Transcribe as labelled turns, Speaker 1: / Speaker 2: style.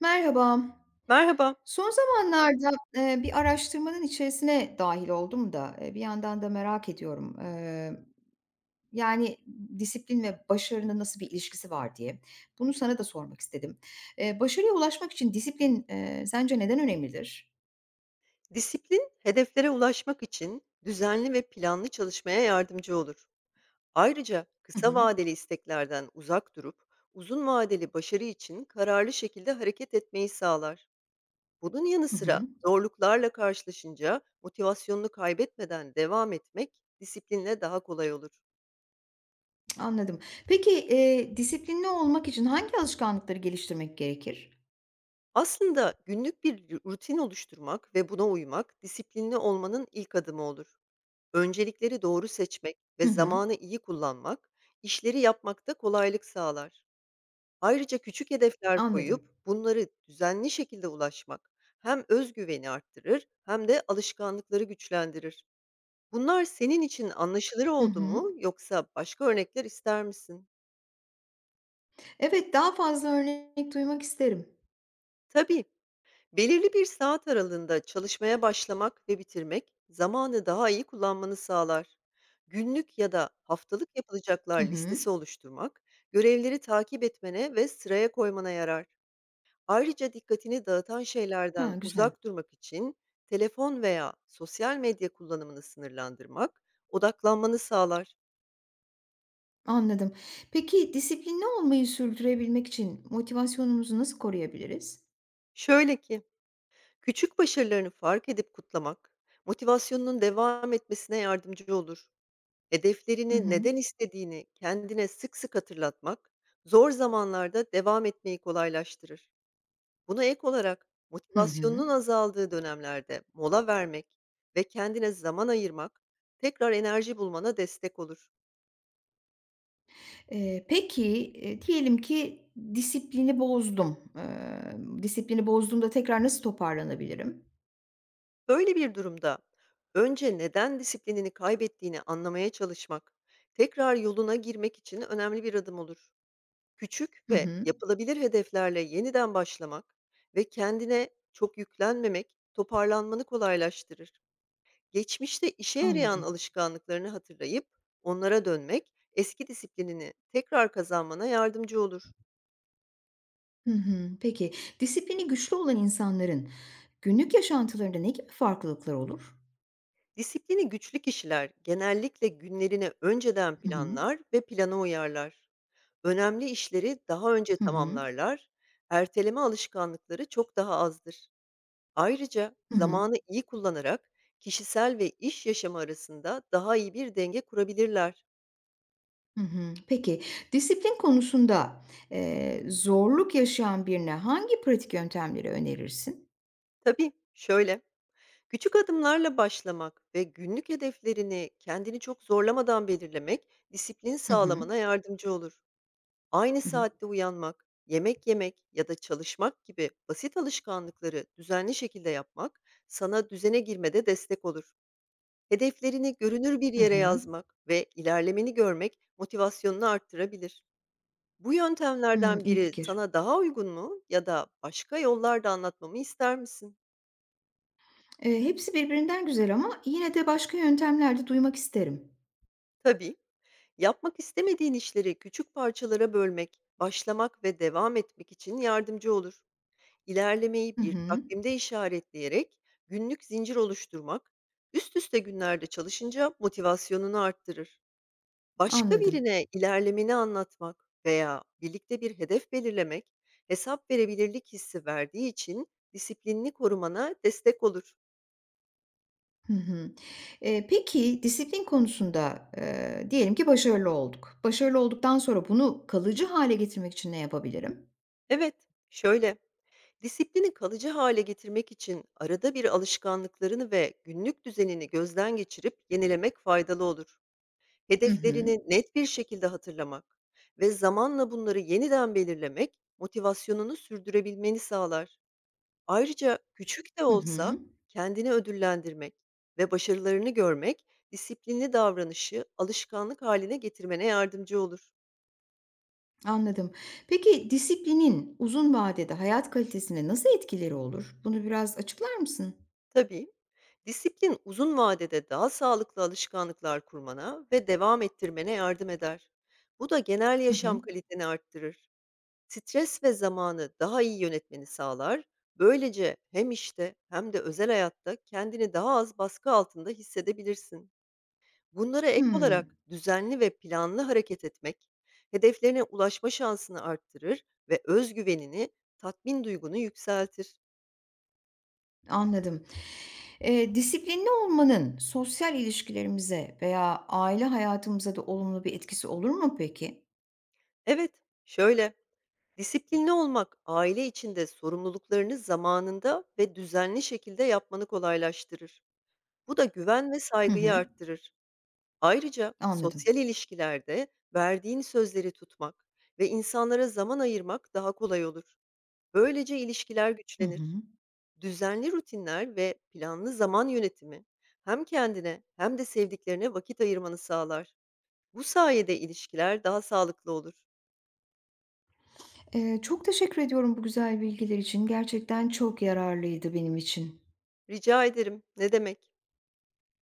Speaker 1: Merhaba.
Speaker 2: Merhaba.
Speaker 1: Son zamanlarda, bir araştırmanın içerisine dahil oldum da, bir yandan da merak ediyorum. Yani, disiplin ve başarının nasıl bir ilişkisi var diye. Bunu sana da sormak istedim. Başarıya ulaşmak için disiplin, sence neden önemlidir?
Speaker 2: Disiplin, hedeflere ulaşmak için düzenli ve planlı çalışmaya yardımcı olur. Ayrıca
Speaker 1: Hı
Speaker 2: kısa
Speaker 1: hı.
Speaker 2: vadeli isteklerden uzak durup uzun vadeli başarı için kararlı şekilde hareket etmeyi sağlar. Bunun yanı
Speaker 1: Hı
Speaker 2: sıra
Speaker 1: hı.
Speaker 2: zorluklarla karşılaşınca motivasyonunu kaybetmeden devam etmek disiplinle daha kolay olur.
Speaker 1: Anladım. Peki, disiplinli olmak için hangi alışkanlıkları geliştirmek gerekir?
Speaker 2: Aslında günlük bir rutin oluşturmak ve buna uymak disiplinli olmanın ilk adımı olur. Öncelikleri doğru seçmek
Speaker 1: Hı
Speaker 2: ve
Speaker 1: hı.
Speaker 2: zamanı iyi kullanmak, işleri yapmakta kolaylık sağlar. Ayrıca küçük hedefler
Speaker 1: Anladım.
Speaker 2: koyup bunları düzenli şekilde ulaşmak hem özgüveni arttırır hem de alışkanlıkları güçlendirir. Bunlar senin için anlaşılır
Speaker 1: Hı
Speaker 2: oldu
Speaker 1: hı.
Speaker 2: mu yoksa başka örnekler ister misin?
Speaker 1: Evet, daha fazla örnek duymak isterim.
Speaker 2: Tabii. Belirli bir saat aralığında çalışmaya başlamak ve bitirmek zamanı daha iyi kullanmanı sağlar. Günlük ya da haftalık
Speaker 1: Hı
Speaker 2: yapılacaklar
Speaker 1: hı.
Speaker 2: listesi oluşturmak, görevleri takip etmene ve sıraya koymana yarar. Ayrıca dikkatini dağıtan
Speaker 1: Ha,
Speaker 2: şeylerden
Speaker 1: güzel.
Speaker 2: uzak durmak için telefon veya sosyal medya kullanımını sınırlandırmak odaklanmanı sağlar.
Speaker 1: Anladım. Peki disiplinli olmayı sürdürebilmek için motivasyonumuzu nasıl koruyabiliriz?
Speaker 2: Şöyle ki, küçük başarılarını fark edip kutlamak motivasyonunun devam etmesine yardımcı olur.
Speaker 1: Hı
Speaker 2: Hedeflerini,
Speaker 1: hı.
Speaker 2: neden istediğini kendine sık sık hatırlatmak, zor zamanlarda devam etmeyi kolaylaştırır. Buna ek olarak
Speaker 1: Hı hı.
Speaker 2: motivasyonunun azaldığı dönemlerde mola vermek ve kendine zaman ayırmak tekrar enerji bulmana destek olur.
Speaker 1: Eee, peki, diyelim ki disiplini bozdum. Disiplini bozduğumda tekrar nasıl toparlanabilirim?
Speaker 2: Böyle bir durumda önce neden disiplinini kaybettiğini anlamaya çalışmak, tekrar yoluna girmek için önemli bir adım olur. Küçük
Speaker 1: Hı
Speaker 2: ve
Speaker 1: hı.
Speaker 2: yapılabilir hedeflerle yeniden başlamak ve kendine çok yüklenmemek toparlanmanı kolaylaştırır. Geçmişte işe yarayan
Speaker 1: Anladım.
Speaker 2: alışkanlıklarını hatırlayıp onlara dönmek eski disiplinini tekrar kazanmana yardımcı olur.
Speaker 1: Hı hı. Peki, disiplini güçlü olan insanların günlük yaşantılarında ne gibi farklılıklar olur?
Speaker 2: Disiplini güçlü kişiler genellikle günlerini önceden
Speaker 1: Hı hı.
Speaker 2: planlar ve plana uyarlar. Önemli işleri daha önce
Speaker 1: Hı hı.
Speaker 2: tamamlarlar, erteleme alışkanlıkları çok daha azdır. Ayrıca
Speaker 1: Hı hı.
Speaker 2: zamanı iyi kullanarak kişisel ve iş yaşamı arasında daha iyi bir denge kurabilirler.
Speaker 1: Hı hı. Peki, disiplin konusunda, zorluk yaşayan birine hangi pratik yöntemleri önerirsin?
Speaker 2: Tabii, şöyle, küçük adımlarla başlamak ve günlük hedeflerini kendini çok zorlamadan belirlemek disiplin
Speaker 1: Hı hı.
Speaker 2: sağlamana yardımcı olur. Aynı
Speaker 1: Hı hı.
Speaker 2: saatte uyanmak, yemek yemek ya da çalışmak gibi basit alışkanlıkları düzenli şekilde yapmak sana düzene girmede destek olur. Hedeflerini görünür bir
Speaker 1: Hı
Speaker 2: yere
Speaker 1: hı.
Speaker 2: yazmak ve ilerlemeni görmek motivasyonunu arttırabilir. Bu
Speaker 1: Hımm,
Speaker 2: yöntemlerden
Speaker 1: iyi
Speaker 2: biri
Speaker 1: fikir.
Speaker 2: sana daha uygun mu ya da başka yollarda anlatmamı ister misin?
Speaker 1: Hepsi birbirinden güzel ama yine de başka yöntemler de duymak isterim.
Speaker 2: Tabii. Yapmak istemediğin işleri küçük parçalara bölmek, başlamak ve devam etmek için yardımcı olur. İlerlemeyi
Speaker 1: Hı
Speaker 2: bir
Speaker 1: hı.
Speaker 2: takvimde işaretleyerek günlük zincir oluşturmak, üst üste günlerde çalışınca motivasyonunu arttırır. Başka
Speaker 1: Anladım.
Speaker 2: birine ilerlemeni anlatmak veya birlikte bir hedef belirlemek, hesap verebilirlik hissi verdiği için disiplinini korumana destek olur.
Speaker 1: Hı hı. Peki disiplin konusunda, diyelim ki başarılı olduk. Başarılı olduktan sonra bunu kalıcı hale getirmek için ne yapabilirim?
Speaker 2: Evet, şöyle, disiplini kalıcı hale getirmek için arada bir alışkanlıklarını ve günlük düzenini gözden geçirip yenilemek faydalı olur.
Speaker 1: Hı hı.
Speaker 2: Hedeflerini net bir şekilde hatırlamak ve zamanla bunları yeniden belirlemek motivasyonunu sürdürebilmeni sağlar. Ayrıca küçük de
Speaker 1: Hı
Speaker 2: olsa
Speaker 1: hı.
Speaker 2: kendini ödüllendirmek ve başarılarını görmek disiplinli davranışı alışkanlık haline getirmene yardımcı olur.
Speaker 1: Anladım. Peki disiplinin uzun vadede hayat kalitesine nasıl etkileri olur? Bunu biraz açıklar mısın?
Speaker 2: Tabii. Disiplin uzun vadede daha sağlıklı alışkanlıklar kurmana ve devam ettirmene yardım eder. Bu da genel
Speaker 1: Hı hı.
Speaker 2: yaşam kaliteni arttırır. Stres ve zamanı daha iyi yönetmeni sağlar. Böylece hem işte hem de özel hayatta kendini daha az baskı altında hissedebilirsin. Bunlara ek olarak
Speaker 1: Hımm,
Speaker 2: düzenli ve planlı hareket etmek, hedeflerine ulaşma şansını arttırır ve özgüvenini, tatmin duygunu yükseltir.
Speaker 1: anladım. Disiplinli olmanın sosyal ilişkilerimize veya aile hayatımıza da olumlu bir etkisi olur mu peki?
Speaker 2: Evet, şöyle, disiplinli olmak, aile içinde sorumluluklarını zamanında ve düzenli şekilde yapmanı kolaylaştırır. Bu da güven ve
Speaker 1: Hı
Speaker 2: saygıyı
Speaker 1: hı.
Speaker 2: arttırır. Ayrıca
Speaker 1: Anladım.
Speaker 2: sosyal ilişkilerde verdiğin sözleri tutmak ve insanlara zaman ayırmak daha kolay olur. Böylece ilişkiler
Speaker 1: Hı
Speaker 2: güçlenir.
Speaker 1: hı.
Speaker 2: Düzenli rutinler ve planlı zaman yönetimi hem kendine hem de sevdiklerine vakit ayırmanı sağlar. Bu sayede ilişkiler daha sağlıklı olur.
Speaker 1: Çok teşekkür ediyorum bu güzel bilgiler için. Gerçekten çok yararlıydı benim için.
Speaker 2: Rica ederim. Ne demek?